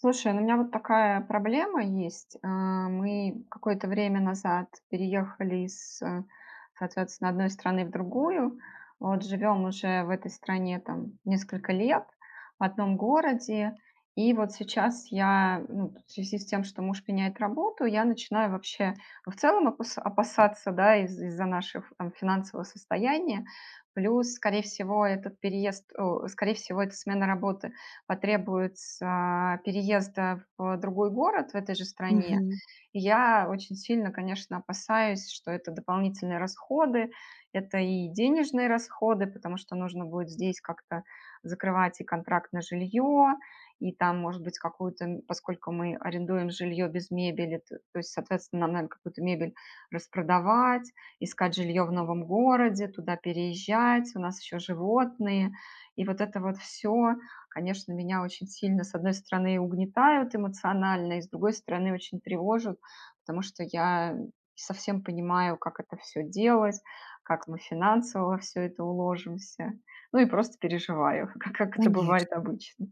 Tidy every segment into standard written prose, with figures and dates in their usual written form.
Слушай, ну у меня вот такая проблема есть. Мы какое-то время назад переехали соответственно, одной страны в другую. Вот живем уже в этой стране там несколько лет, в одном городе. И вот сейчас я, ну, в связи с тем, что муж меняет работу, я начинаю вообще в целом опасаться, да, из-за нашего там, финансового состояния. Плюс, скорее всего, этот скорее всего, это смена работы потребуется переезда в другой город в этой же стране. Мгм. И я очень сильно, конечно, опасаюсь, что это дополнительные расходы, это и денежные расходы, потому что нужно будет здесь как-то закрывать и контракт на жилье, и там, может быть, поскольку мы арендуем жилье без мебели, то есть, соответственно, нам надо какую-то мебель распродавать, искать жилье в новом городе, туда переезжать, у нас еще животные, и вот это вот все конечно, меня очень сильно, с одной стороны, угнетают эмоционально, и с другой стороны, очень тревожат, потому что я не совсем понимаю, как это все делать, как мы финансово во все это уложимся. Ну и просто переживаю, как это бывает Конечно, обычно.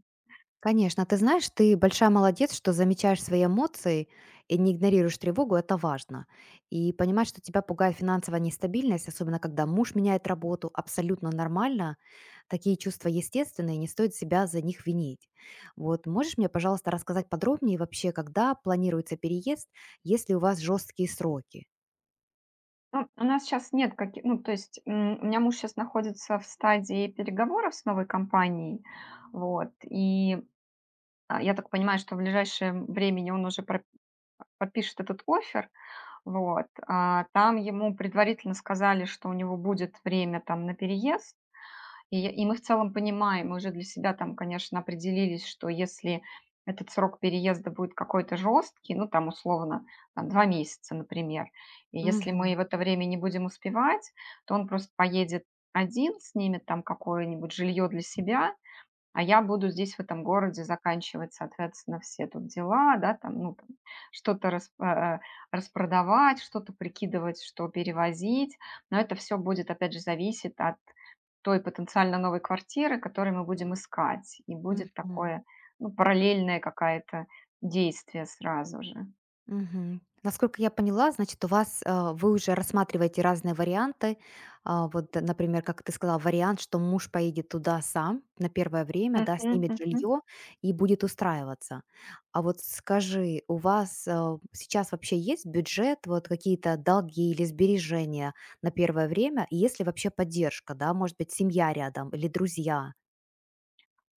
конечно. Ты знаешь, ты большая молодец, что замечаешь свои эмоции и не игнорируешь тревогу, это важно. И понимать, что тебя пугает финансовая нестабильность, особенно когда муж меняет работу, абсолютно нормально. Такие чувства естественные, не стоит себя за них винить. Вот, можешь мне, пожалуйста, рассказать подробнее вообще, когда планируется переезд, если у вас жесткие сроки? Ну, у нас сейчас нет каких... Ну, у меня муж сейчас находится в стадии переговоров с новой компанией, вот, я так понимаю, что в ближайшее время он уже подпишет этот офер. Там ему предварительно сказали, что у него будет время там на переезд, и я и мы в целом понимаем, мы уже для себя там, конечно, определились, что если этот срок переезда будет какой-то жесткий, ну, там, условно, там, 2 месяца, например, и если мы Мгм. в это время не будем успевать, то он просто поедет один, снимет там какое-нибудь жилье для себя, а я буду здесь, в этом городе, заканчивать, соответственно, все тут дела, да, там, ну, там, что-то рас- э, э, распродавать, что-то прикидывать, что перевозить. Но это все будет, опять же, зависеть от той потенциально новой квартиры, которую мы будем искать. И будет Мгм. такое, ну, параллельное какое-то действие сразу же. Мгм. Насколько я поняла, значит, у вас вы уже рассматриваете разные варианты. Например, как ты сказала, вариант, что муж поедет туда сам на первое время, да, Мгм, снимет мгм. жилье и будет устраиваться. А вот скажи, у вас сейчас вообще есть бюджет, вот какие-то долги или сбережения на первое время? И есть ли вообще поддержка, да, может быть, семья рядом или друзья?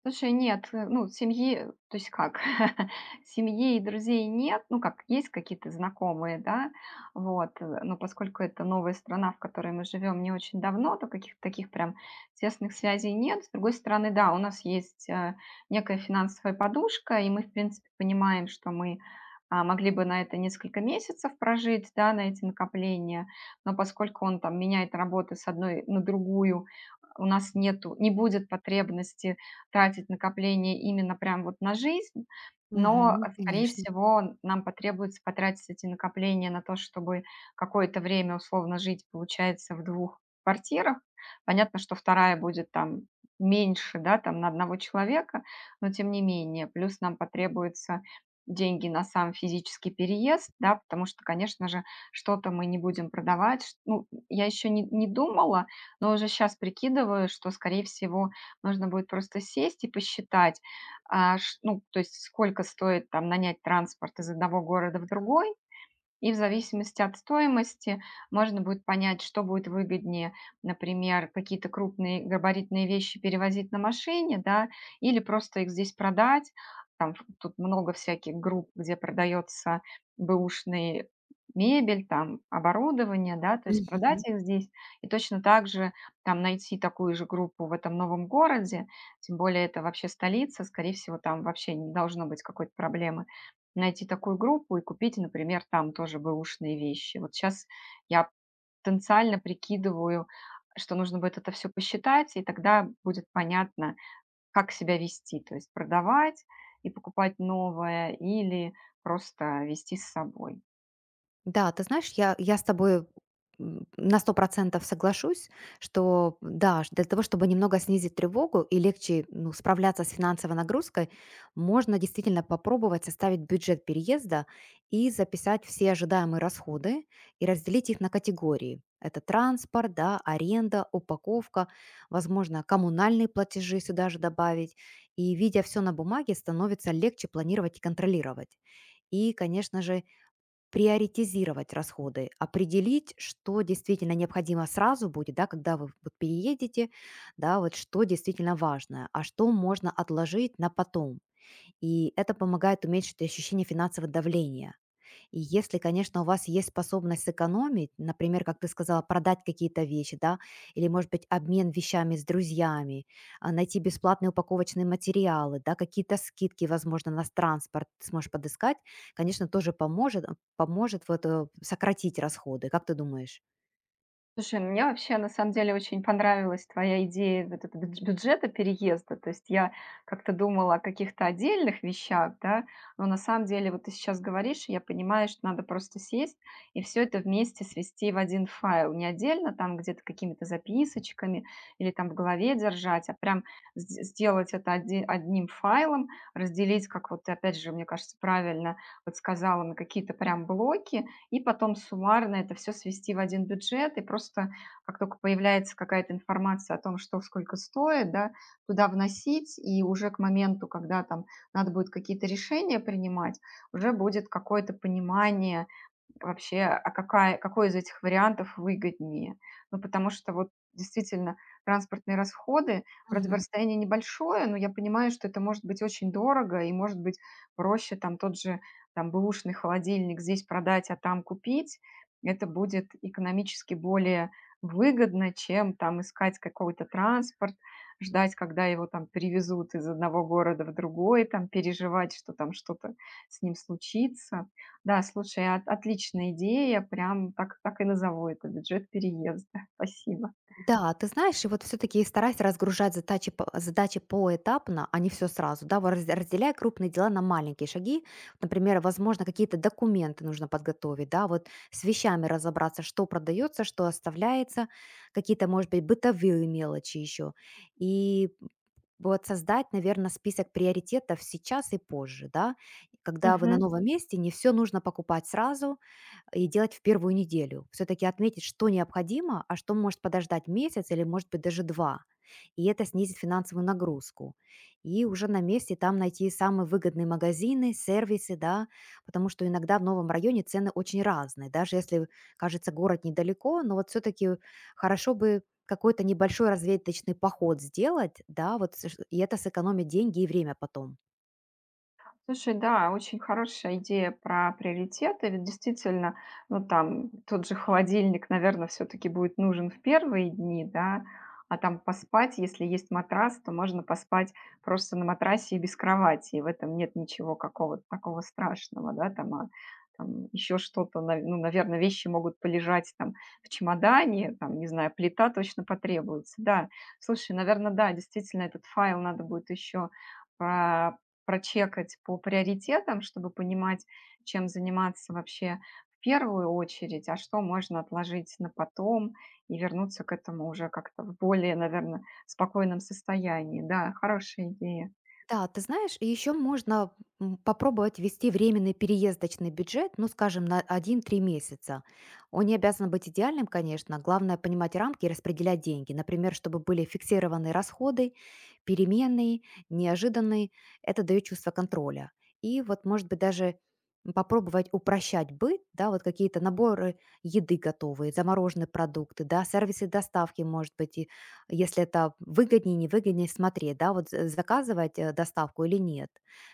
Слушай, нет, ну, семьи, то есть как, семьи и друзей нет, ну, как, есть какие-то знакомые, да, вот, но поскольку это новая страна, в которой мы живем не очень давно, то каких-то таких прям тесных связей нет. С другой стороны, да, у нас есть некая финансовая подушка, и мы, в принципе, понимаем, что мы могли бы на это несколько месяцев прожить, да, на эти накопления, но поскольку он там меняет работы с одной на другую, у нас нету, не будет потребности тратить накопления именно прям вот на жизнь, но, Мгм, э, скорее конечно. всего, нам потребуется потратить эти накопления на то, чтобы какое-то время условно жить, получается, в двух квартирах. Понятно, что вторая будет там меньше, да, там на одного человека, но тем не менее. Плюс нам потребуются деньги на сам физический переезд, да, потому что, конечно же, что-то мы не будем продавать. Ш ну, я еще не думала, но уже сейчас прикидываю, что, скорее всего, нужно будет просто сесть и посчитать, а, ш ну, то есть сколько стоит там нанять транспорт из одного города в другой, и в зависимости от стоимости можно будет понять, что будет выгоднее, например, какие-то крупные габаритные вещи перевозить на машине, да, или просто их здесь продать. Там тут много всяких групп, где продается бэушный мебель, там оборудование, да, то есть продать их здесь и точно так же там найти такую же группу в этом новом городе, тем более это вообще столица, скорее всего, там вообще не должно быть какой-то проблемы найти такую группу и купить, например, там тоже бэушные вещи. Вот сейчас я потенциально прикидываю, что нужно будет это все посчитать, и тогда будет понятно, как себя вести. То есть продавать и покупать новое или просто вести с собой. Да, ты знаешь, я с тобой на 100% соглашусь, что да, для того, чтобы немного снизить тревогу и легче, ну, справляться с финансовой нагрузкой, можно действительно попробовать составить бюджет переезда и записать все ожидаемые расходы и разделить их на категории. Это транспорт, да, аренда, упаковка, возможно, коммунальные платежи сюда же добавить. И видя все на бумаге, становится легче планировать и контролировать. И, конечно же, приоритизировать расходы, определить, что действительно необходимо сразу будет, да, когда вы вот переедете, да, вот что действительно важно, а что можно отложить на потом. И это помогает уменьшить ощущение финансового давления. И если, конечно, у вас есть способность сэкономить, например, как ты сказала, продать какие-то вещи, да, или, может быть, обмен вещами с друзьями, а, найти бесплатные упаковочные материалы, да, какие-то скидки, возможно, на транспорт ты сможешь подыскать, конечно, тоже поможет вот, сократить расходы. Как ты думаешь? Слушай, ну, мне вообще на самом деле очень понравилась твоя идея вот это бюджета переезда. То есть я как-то думала о каких-то отдельных вещах, да, но на самом деле вот ты сейчас говоришь, и я понимаю, что надо просто сесть и все это вместе свести в один файл. Не отдельно там где-то какими-то записочками или там в голове держать, а прям сделать это одним файлом, разделить, как вот ты опять же, мне кажется, правильно вот сказала на какие-то прям блоки, и потом суммарно это все свести в один бюджет, и просто как только появляется какая-то информация о том, что сколько стоит, да, туда вносить, и уже к моменту, когда там надо будет какие-то решения принимать, уже будет какое-то понимание. Вообще, а какая какой из этих вариантов выгоднее? Ну, потому что вот действительно транспортные расходы, вроде бы Мгм. расстояние небольшое, но я понимаю, что это может быть очень дорого и, может быть, проще там тот же бэушный холодильник здесь продать, а там купить. Это будет экономически более выгодно, чем там искать какой-то транспорт, ждать, когда его там привезут из одного города в другой, там переживать, что там что-то с ним случится. Да, слушай, от отличная идея. Прям так и назову это- бюджет переезда. Спасибо. Да, ты знаешь, и вот все-таки старайся разгружать задачи, задачи поэтапно, а не все сразу. Да, вот разделяй крупные дела на маленькие шаги. Например, возможно, какие-то документы нужно подготовить, да, вот с вещами разобраться, что продается, что оставляется, какие-то, может быть, бытовые мелочи еще. И вот создать, наверное, список приоритетов сейчас и позже, да, когда вы на Мгм. новом месте, не все нужно покупать сразу, и делать в первую неделю. Все-таки отметить, что необходимо, а что может подождать месяц или, может быть, даже два. И это снизит финансовую нагрузку. И уже на месте там найти самые выгодные магазины, сервисы, да, потому что иногда в новом районе цены очень разные. Даже если, кажется, город недалеко, но вот все-таки хорошо бы какой-то небольшой разведочный поход сделать, да, вот, и это сэкономит деньги и время потом. Слушай, да, очень хорошая идея про приоритеты. Ведь действительно, ну там тот же холодильник, наверное, все-таки будет нужен в первые дни, да, а там поспать, если есть матрас, то можно поспать просто на матрасе и без кровати. И в этом нет ничего какого-то такого страшного, да, там, а, там еще что-то, ну, наверное, вещи могут полежать там в чемодане, там, не знаю, плита точно потребуется, да. Слушай, наверное, да, действительно, этот файл надо будет еще прочекать по приоритетам, чтобы понимать, чем заниматься вообще в первую очередь, а что можно отложить на потом и вернуться к этому уже как-то в более, наверное, спокойном состоянии. Да, хорошая идея. Да, ты знаешь, и еще можно, попробовать ввести временный переездочный бюджет, ну, скажем, на 1-3 месяца. Он не обязан быть идеальным, конечно. Главное понимать рамки и распределять деньги. Например, чтобы были фиксированные расходы, переменные, неожиданные. Это дает чувство контроля. И вот, может быть, даже попробовать упрощать быт, да, вот какие-то наборы еды готовые, замороженные продукты, да, сервисы доставки, может быть, и если это выгоднее, невыгоднее смотреть, да, вот заказывать, доставку или нет.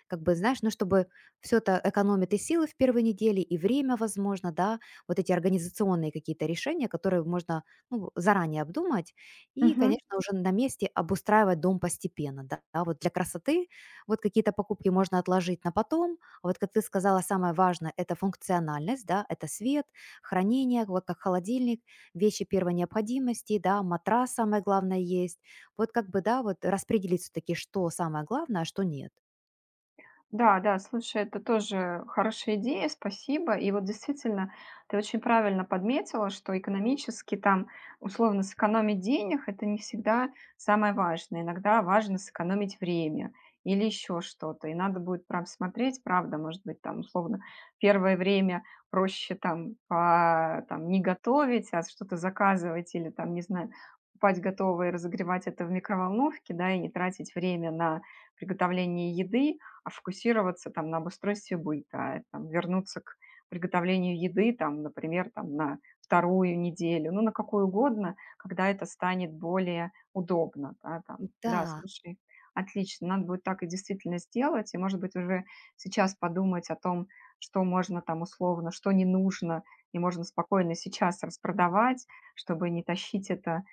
Как бы, знаешь, ну, чтобы все это экономит и силы в первой неделе, и время, возможно, да, вот эти организационные какие-то решения, которые можно, ну, заранее обдумать, и, Мгм. конечно, уже на месте обустраивать дом постепенно, да, да, вот для красоты вот какие-то покупки можно отложить на потом, а вот, как ты сказала, самое важное– это функциональность, да, это свет, хранение, вот как холодильник, вещи первой необходимости, да, матрас самое главное есть. Вот как бы, да, вот распределить все-таки, что самое главное, а что нет. Да, да, слушай, это тоже хорошая идея, спасибо. И вот действительно, ты очень правильно подметила, что экономически там, условно, сэкономить денег– это не всегда самое важное. Иногда важно сэкономить время или еще что-то. И надо будет прям смотреть, правда, может быть, там, условно, первое время проще там, там не готовить, а что-то заказывать или там, не знаю, покупать готовое, разогревать это в микроволновке, да, и не тратить время на приготовление еды, а фокусироваться там на обустройстве быта, а там, вернуться к приготовлению еды, там, например, там, на вторую неделю, ну, на какую угодно, когда это станет более удобно. Да, там. Да, Да, слушай, отлично, надо будет так и действительно сделать, и, может быть, уже сейчас подумать о том, что можно там условно, что не нужно, и можно спокойно сейчас распродавать, чтобы не тащить это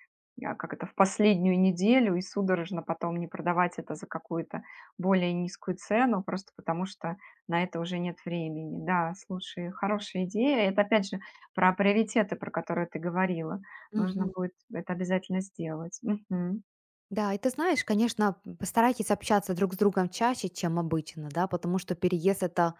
а, как это, в последнюю неделю и судорожно потом не продавать это за какую-то более низкую цену, просто потому что на это уже нет времени. Да, слушай, хорошая идея. Это опять же про приоритеты, про которые ты говорила. Нужно мгм. будет это обязательно сделать. Мгм. Да, и ты знаешь, конечно, постарайтесь общаться друг с другом чаще, чем обычно, да, потому что переезд это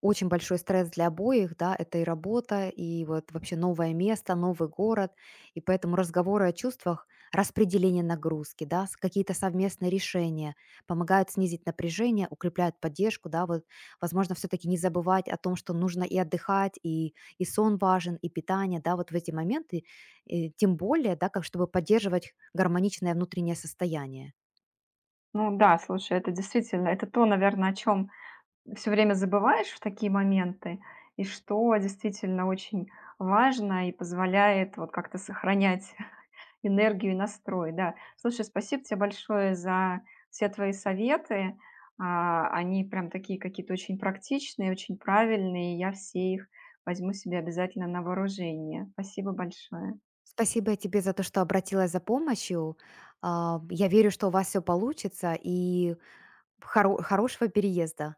очень большой стресс для обоих, да, это и работа, и вот вообще новое место, новый город, и поэтому разговоры о чувствах, распределение нагрузки, да, какие-то совместные решения помогают снизить напряжение, укрепляют поддержку, да, вот, возможно, все-таки не забывать о том, что нужно и отдыхать, и сон важен, и питание, да, вот в эти моменты, тем более, да, как чтобы поддерживать гармоничное внутреннее состояние. Ну да, слушай, это действительно, это то, наверное, о чем все время забываешь в такие моменты, и что действительно очень важно и позволяет вот как-то сохранять энергию и настрой, да. Слушай, спасибо тебе большое за все твои советы. Они прям такие какие-то очень практичные, очень правильные. Я все их возьму себе обязательно на вооружение. Спасибо большое. Спасибо тебе за то, что обратилась за помощью. Я верю, что у вас все получится, и хорошего переезда.